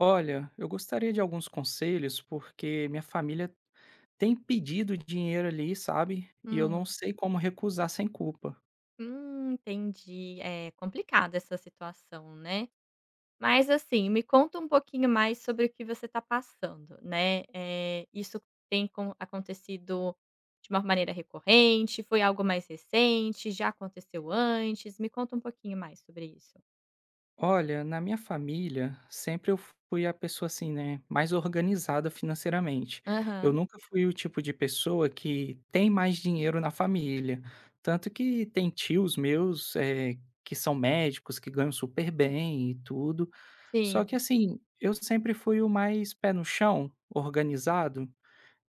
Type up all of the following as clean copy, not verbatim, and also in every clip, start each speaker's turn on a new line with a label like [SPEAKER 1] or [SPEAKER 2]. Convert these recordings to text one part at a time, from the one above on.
[SPEAKER 1] Olha, eu gostaria de alguns conselhos, porque minha família tem pedido dinheiro ali, sabe? E eu não
[SPEAKER 2] Hum.
[SPEAKER 1] sei como recusar sem culpa.
[SPEAKER 2] Entendi. É complicada essa situação, né. Mas, assim, me conta um pouquinho mais sobre o que você está passando, né. Isso tem com acontecido de uma maneira recorrente? Foi algo mais recente? Já aconteceu antes? Me conta um pouquinho mais sobre isso.
[SPEAKER 1] Olha, na minha família, sempre eu fui a pessoa assim, né, mais organizada financeiramente. Eu
[SPEAKER 2] Aham.
[SPEAKER 1] nunca fui o tipo de pessoa que tem mais dinheiro na família. Tanto que tem tios meus, que são médicos, que ganham super bem e tudo. Só
[SPEAKER 2] Sim.
[SPEAKER 1] que assim, eu sempre fui o mais pé no chão, organizado.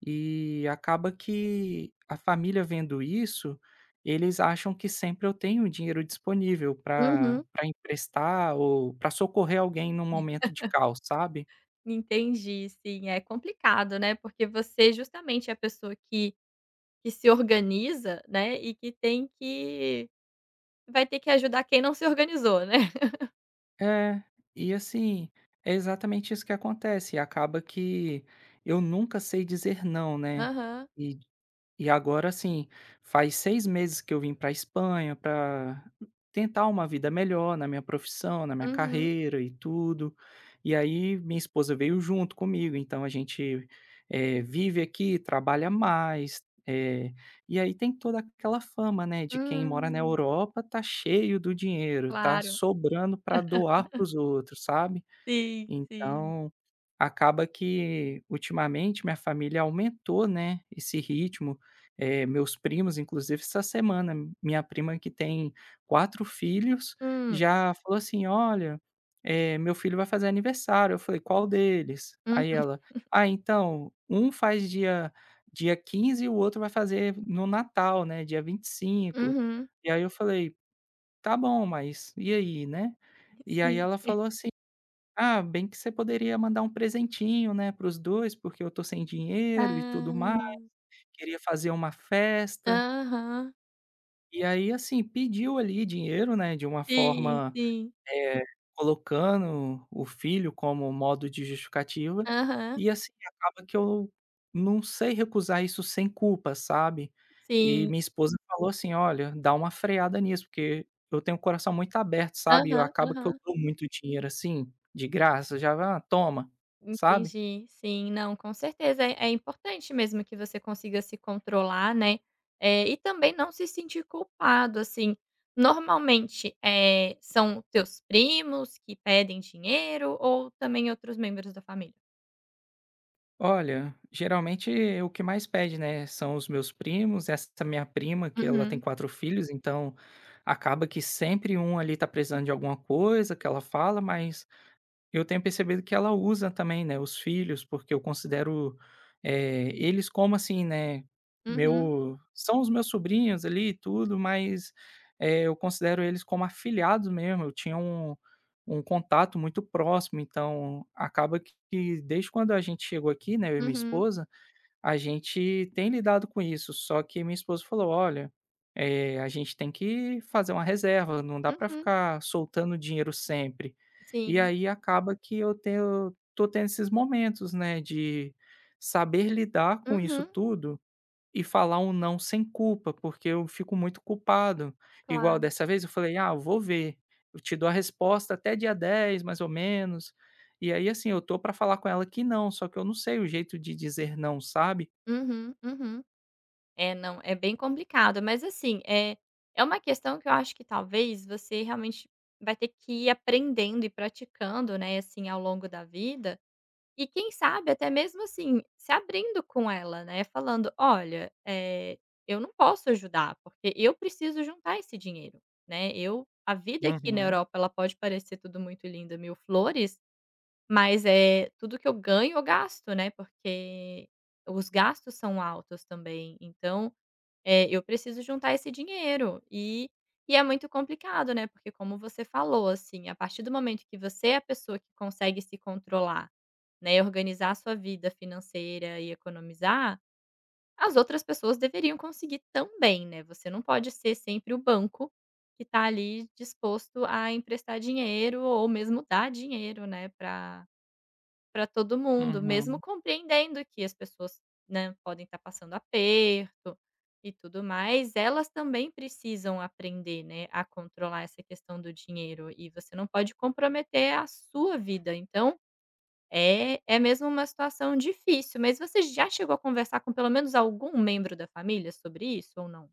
[SPEAKER 1] E acaba que a família vendo isso, eles acham que sempre eu tenho um dinheiro disponível para
[SPEAKER 2] Uhum.
[SPEAKER 1] para emprestar ou para socorrer alguém num momento de caos, sabe.
[SPEAKER 2] Entendi, sim. É complicado, né, porque você justamente é a pessoa que se organiza, né, e que tem que vai ter que ajudar quem não se organizou, né.
[SPEAKER 1] É, e assim, é exatamente isso que acontece, acaba que eu nunca sei dizer não, né.
[SPEAKER 2] Aham.
[SPEAKER 1] E agora assim, faz 6 meses que eu vim pra Espanha para tentar uma vida melhor na minha profissão, na minha
[SPEAKER 2] Uhum.
[SPEAKER 1] carreira e tudo. E aí minha esposa veio junto comigo, então a gente, vive aqui, trabalha mais, e aí tem toda aquela fama, né, de quem mora na
[SPEAKER 2] Hum.
[SPEAKER 1] Europa tá cheio do dinheiro, tá
[SPEAKER 2] Claro.
[SPEAKER 1] sobrando para doar para os outros, sabe?
[SPEAKER 2] Sim, sim.
[SPEAKER 1] Então, acaba que ultimamente minha família aumentou, né, esse ritmo, meus primos, inclusive essa semana, minha prima que tem 4 filhos,
[SPEAKER 2] Hum.
[SPEAKER 1] já falou assim: "Olha, meu filho vai fazer aniversário." Eu falei: "Qual deles?" Aí
[SPEAKER 2] Uhum,
[SPEAKER 1] ela: "Ah, então, um faz dia 15 e o outro vai fazer no Natal, né, dia 25."
[SPEAKER 2] uhum.
[SPEAKER 1] E aí eu falei: "Tá bom, mas e aí, né?" E aí
[SPEAKER 2] Sim.
[SPEAKER 1] ela falou assim: "Ah, bem que você poderia mandar um presentinho, né, para os 2, porque eu tô sem dinheiro e
[SPEAKER 2] Ah.
[SPEAKER 1] tudo mais, queria fazer uma festa."
[SPEAKER 2] Aham.
[SPEAKER 1] E aí, assim, pediu ali dinheiro, né, de uma
[SPEAKER 2] Sim,
[SPEAKER 1] forma,
[SPEAKER 2] sim.
[SPEAKER 1] eh, colocando o filho como modo de justificativa,
[SPEAKER 2] Aham.
[SPEAKER 1] e assim, acaba que eu não sei recusar isso sem culpa, sabe. E
[SPEAKER 2] Sim.
[SPEAKER 1] minha esposa falou assim: "Olha, dá uma freada nisso", porque eu tenho o coração muito aberto, sabe, eu
[SPEAKER 2] Aham,
[SPEAKER 1] acaba que eu
[SPEAKER 2] aham.
[SPEAKER 1] dou muito dinheiro, assim, de graça, já: "Ah, toma", sabe.
[SPEAKER 2] Entendi. Sim, não, com certeza. É importante mesmo que você consiga se controlar, né, e também não se sentir culpado, assim. Normalmente, são teus primos que pedem dinheiro ou também outros membros da família?
[SPEAKER 1] Olha, geralmente o que mais pede, né, são os meus primos, essa minha prima que ela tem
[SPEAKER 2] Uhum,
[SPEAKER 1] 4 filhos, então acaba que sempre um ali tá precisando de alguma coisa que ela fala, mas eu tenho percebido que ela usa também, né, os filhos, porque eu considero, eles como assim, né,
[SPEAKER 2] uhum,
[SPEAKER 1] meu são os meus sobrinhos ali e tudo, mas, eu considero eles como afilhados mesmo, eu tinha um contato muito próximo, então acaba que desde quando a gente chegou aqui, né, eu e minha
[SPEAKER 2] uhum,
[SPEAKER 1] esposa, a gente tem lidado com isso, só que minha esposa falou: "Olha, a gente tem que fazer uma reserva, não dá para
[SPEAKER 2] uhum.
[SPEAKER 1] ficar soltando dinheiro sempre." E
[SPEAKER 2] Sim.
[SPEAKER 1] aí acaba que eu tenho tô tendo esses momentos, né, de saber lidar com isso
[SPEAKER 2] Uhum,
[SPEAKER 1] tudo e falar um não sem culpa, porque eu fico muito culpado. Igual
[SPEAKER 2] claro.
[SPEAKER 1] dessa vez eu falei: "Ah, eu vou ver, eu te dou a resposta até dia 10, mais ou menos." E aí, assim, eu tô para falar com ela que não, só que eu não sei o jeito de dizer não, sabe?
[SPEAKER 2] Uhum, uhum. É, não, é bem complicado, mas assim, é uma questão que eu acho que talvez você realmente vai ter que ir aprendendo e praticando, né, assim, ao longo da vida, e quem sabe até mesmo, assim, se abrindo com ela, né, falando: "Olha, eu não posso ajudar, porque eu preciso juntar esse dinheiro, né, eu a vida aqui na
[SPEAKER 1] Uhum,
[SPEAKER 2] Europa, ela pode parecer tudo muito lindo, mil flores, mas, é tudo que eu ganho eu gasto, né, porque os gastos são altos também, então é, eu preciso juntar esse dinheiro. E é muito complicado, né, porque como você falou, assim, a partir do momento que você é a pessoa que consegue se controlar, né, e organizar a sua vida financeira e economizar, as outras pessoas deveriam conseguir também, né, você não pode ser sempre o banco que tá ali disposto a emprestar dinheiro ou mesmo dar dinheiro, né, para todo mundo, mesmo
[SPEAKER 1] uhum.
[SPEAKER 2] compreendendo que as pessoas, né, podem estar passando aperto e tudo mais, elas também precisam aprender, né, a controlar essa questão do dinheiro e você não pode comprometer a sua vida. Então, é mesmo uma situação difícil, mas você já chegou a conversar com pelo menos algum membro da família sobre isso ou não?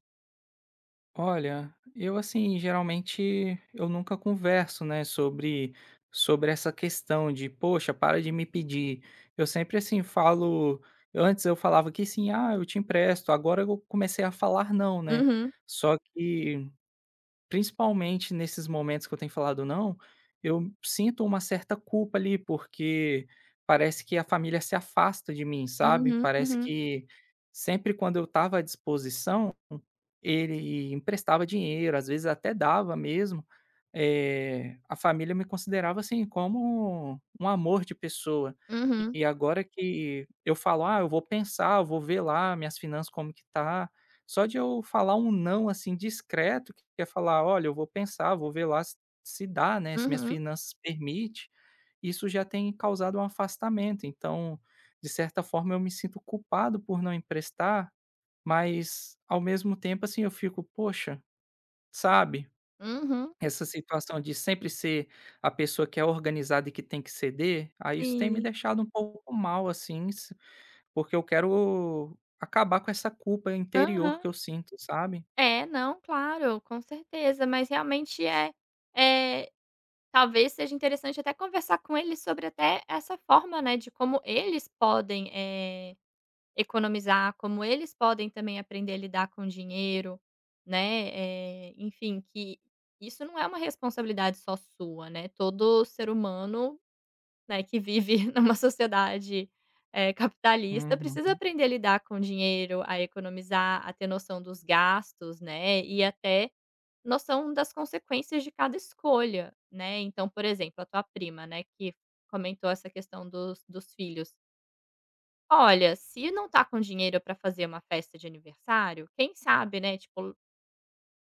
[SPEAKER 1] Olha, eu assim, geralmente eu nunca converso, né, sobre essa questão de: "Poxa, para de me pedir." Eu sempre, assim, falo antes eu falava que sim: "Ah, eu te empresto." Agora eu comecei a falar não, né.
[SPEAKER 2] Uhum,
[SPEAKER 1] Só que, principalmente nesses momentos que eu tenho falado não, eu sinto uma certa culpa ali, porque parece que a família se afasta de mim, sabe.
[SPEAKER 2] uhum,
[SPEAKER 1] Parece
[SPEAKER 2] uhum,
[SPEAKER 1] que sempre quando eu estava à disposição ele emprestava dinheiro, às vezes até dava mesmo, a família me considerava, assim, como um amor de pessoa.
[SPEAKER 2] uhum,
[SPEAKER 1] E agora que eu falo: "Ah, eu vou pensar, eu vou ver lá minhas finanças como que tá", só de eu falar um não, assim, discreto, que é falar: "Olha, eu vou pensar, vou ver lá se dá, né, se minhas
[SPEAKER 2] uhum,
[SPEAKER 1] finanças permite", isso já tem causado um afastamento. Então, de certa forma, eu me sinto culpado por não emprestar, mas, ao mesmo tempo, assim, eu fico: "Poxa", sabe,
[SPEAKER 2] uhum,
[SPEAKER 1] essa situação de sempre ser a pessoa que é organizada e que tem que ceder, aí isso tem me
[SPEAKER 2] sim.
[SPEAKER 1] deixado um pouco mal, assim, s porque eu quero acabar com essa culpa interior
[SPEAKER 2] Aham.
[SPEAKER 1] que eu sinto, sabe.
[SPEAKER 2] É, não, claro, com certeza, mas realmente é, talvez seja interessante até conversar com eles sobre até essa forma, né, de como eles podem, economizar, como eles podem também aprender a lidar com dinheiro, né, enfim, que isso não é uma responsabilidade só sua, né, todo ser humano né, que vive numa sociedade, capitalista, precisa
[SPEAKER 1] Uhum,
[SPEAKER 2] aprender a lidar com o dinheiro, a economizar, a ter noção dos gastos, né, e até noção das consequências de cada escolha, né. Então, por exemplo, a tua prima, né, que comentou essa questão dos filhos. Olha, se não tá com dinheiro para fazer uma festa de aniversário, quem sabe, né, tipo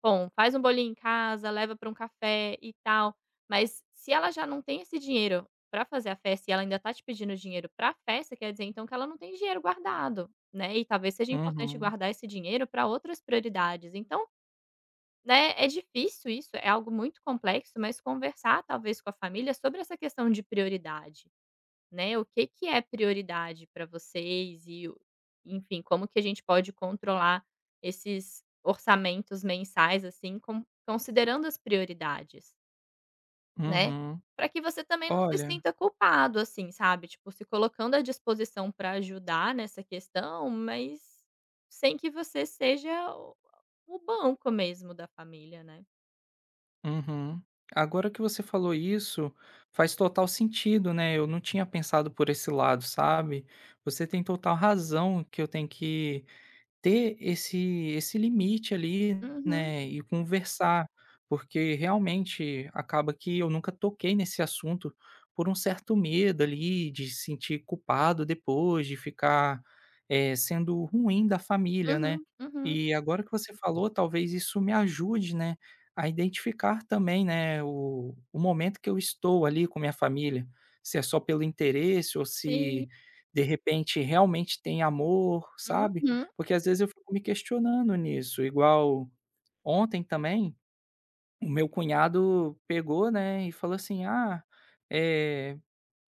[SPEAKER 2] bom, faz um bolinho em casa, leva para um café e tal, mas se ela já não tem esse dinheiro para fazer a festa e ela ainda tá te pedindo dinheiro pra festa, quer dizer então que ela não tem dinheiro guardado, né, e talvez seja importante
[SPEAKER 1] uhum,
[SPEAKER 2] guardar esse dinheiro para outras prioridades. Então, né, é difícil isso, é algo muito complexo, mas conversar talvez com a família sobre essa questão de prioridade né, o que que é prioridade para vocês e o enfim, como que a gente pode controlar esses orçamentos mensais, assim, com considerando as prioridades, né,
[SPEAKER 1] uhum.
[SPEAKER 2] para que você também não se
[SPEAKER 1] Olha,
[SPEAKER 2] sinta culpado, assim, sabe, tipo, se colocando à disposição para ajudar nessa questão, mas sem que você seja o o banco mesmo da família, né.
[SPEAKER 1] uhum. Agora que você falou isso, faz total sentido, né, eu não tinha pensado por esse lado, sabe. Você tem total razão que eu tenho que ter esse limite ali,
[SPEAKER 2] Uhum,
[SPEAKER 1] né, e conversar, porque realmente acaba que eu nunca toquei nesse assunto por um certo medo ali de se sentir culpado depois, de ficar, sendo ruim da família, né.
[SPEAKER 2] uhum, uhum.
[SPEAKER 1] E agora que você falou, talvez isso me ajude, né, a identificar também, né, o momento que eu estou ali com minha família, se é só pelo interesse ou
[SPEAKER 2] Sim.
[SPEAKER 1] se de repente realmente tem amor, sabe?
[SPEAKER 2] Uhum.
[SPEAKER 1] Porque às vezes eu fico me questionando nisso, igual ontem também, o meu cunhado pegou, né, e falou assim: "Ah, eh,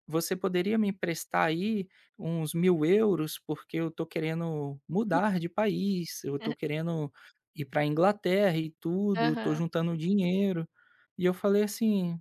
[SPEAKER 1] você poderia me emprestar aí uns 1.000 euros porque eu tô querendo mudar de país, eu tô querendo ir pra Inglaterra e tudo, tô
[SPEAKER 2] Aham,
[SPEAKER 1] juntando dinheiro." E eu falei assim: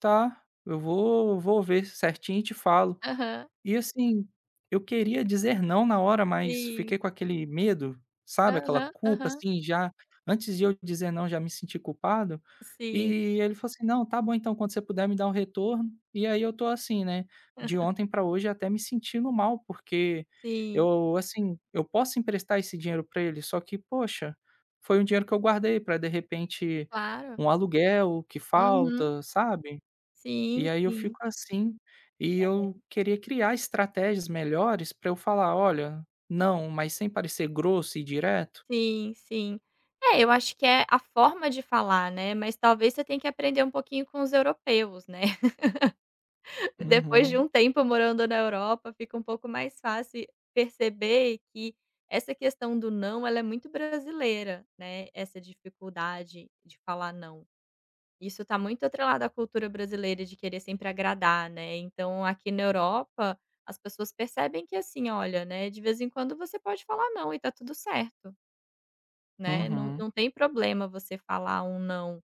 [SPEAKER 1] "Tá, eu vou ver certinho e te falo."
[SPEAKER 2] aham.
[SPEAKER 1] E assim, eu queria dizer não na hora, mas
[SPEAKER 2] Sim.
[SPEAKER 1] fiquei com aquele medo, sabe, aquela
[SPEAKER 2] Aham,
[SPEAKER 1] culpa,
[SPEAKER 2] aham.
[SPEAKER 1] assim, já antes de eu dizer não, já me senti culpado.
[SPEAKER 2] Sim,
[SPEAKER 1] E ele falou assim: "Não, tá bom então, quando você puder me dar um retorno." E aí eu tô assim, né, de ontem pra hoje até me sentindo mal, porque
[SPEAKER 2] sim,
[SPEAKER 1] eu, assim, eu posso emprestar esse dinheiro pra ele, só que, poxa, foi um dinheiro que eu guardei pra, de repente,
[SPEAKER 2] claro.
[SPEAKER 1] um aluguel que
[SPEAKER 2] Uhum.
[SPEAKER 1] falta, sabe?
[SPEAKER 2] Sim,
[SPEAKER 1] E aí eu
[SPEAKER 2] sim.
[SPEAKER 1] fico assim, e
[SPEAKER 2] É.
[SPEAKER 1] eu queria criar estratégias melhores para eu falar: "Olha, não", mas sem parecer grosso e direto.
[SPEAKER 2] Sim, sim. É, eu acho que é a forma de falar, né, mas talvez você tem que aprender um pouquinho com os europeus, né. Depois de um
[SPEAKER 1] Uhum,
[SPEAKER 2] tempo morando na Europa, fica um pouco mais fácil perceber que essa questão do não, ela é muito brasileira, né, essa dificuldade de falar não. Isso está muito atrelado à cultura brasileira de querer sempre agradar, né. Então aqui na Europa, as pessoas percebem que assim, olha, né, de vez em quando você pode falar não e tá tudo certo, né. Não
[SPEAKER 1] uhum,
[SPEAKER 2] não tem problema você falar um não.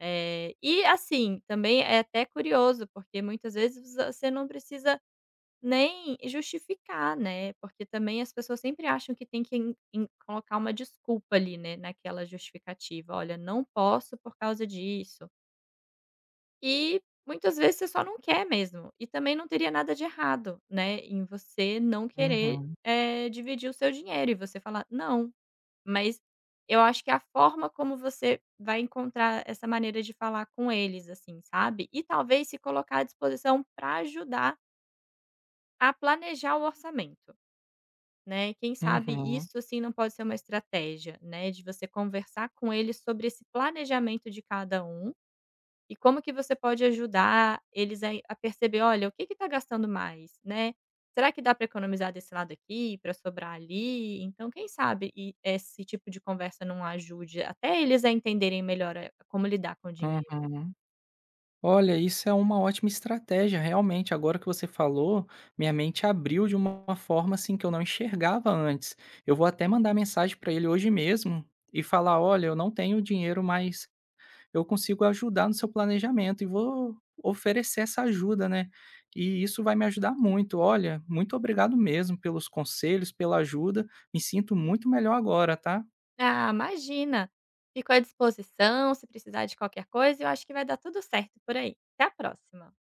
[SPEAKER 2] E assim, também é até curioso, porque muitas vezes você não precisa nem justificar, né, porque também as pessoas sempre acham que tem que en en colocar uma desculpa ali, né, naquela justificativa. "Olha, não posso por causa disso". E muitas vezes você só não quer mesmo, e também não teria nada de errado, né, em você não querer,
[SPEAKER 1] uhum,
[SPEAKER 2] dividir o seu dinheiro e você falar: "Não", mas eu acho que a forma como você vai encontrar essa maneira de falar com eles, assim, sabe, e talvez se colocar à disposição para ajudar a planejar o orçamento, né, quem sabe
[SPEAKER 1] uhum,
[SPEAKER 2] isso, assim, não pode ser uma estratégia, né, de você conversar com eles sobre esse planejamento de cada um e como que você pode ajudar eles a perceber: "Olha, o que que está gastando mais, né? Será que dá para economizar desse lado aqui, para sobrar ali?". Então quem sabe e esse tipo de conversa não ajude até eles a entenderem melhor a como lidar com o dinheiro.
[SPEAKER 1] uhum. Olha, isso é uma ótima estratégia, realmente. Agora que você falou, minha mente abriu de uma forma, assim, que eu não enxergava antes. Eu vou até mandar mensagem para ele hoje mesmo e falar: "Olha, eu não tenho dinheiro mais, eu consigo ajudar no seu planejamento e vou oferecer essa ajuda, né." E isso vai me ajudar muito. Olha, muito obrigado mesmo pelos conselhos, pela ajuda, me sinto muito melhor agora, tá.
[SPEAKER 2] Ah, imagina! Fico à disposição, se precisar de qualquer coisa, eu acho que vai dar tudo certo por aí. Até a próxima.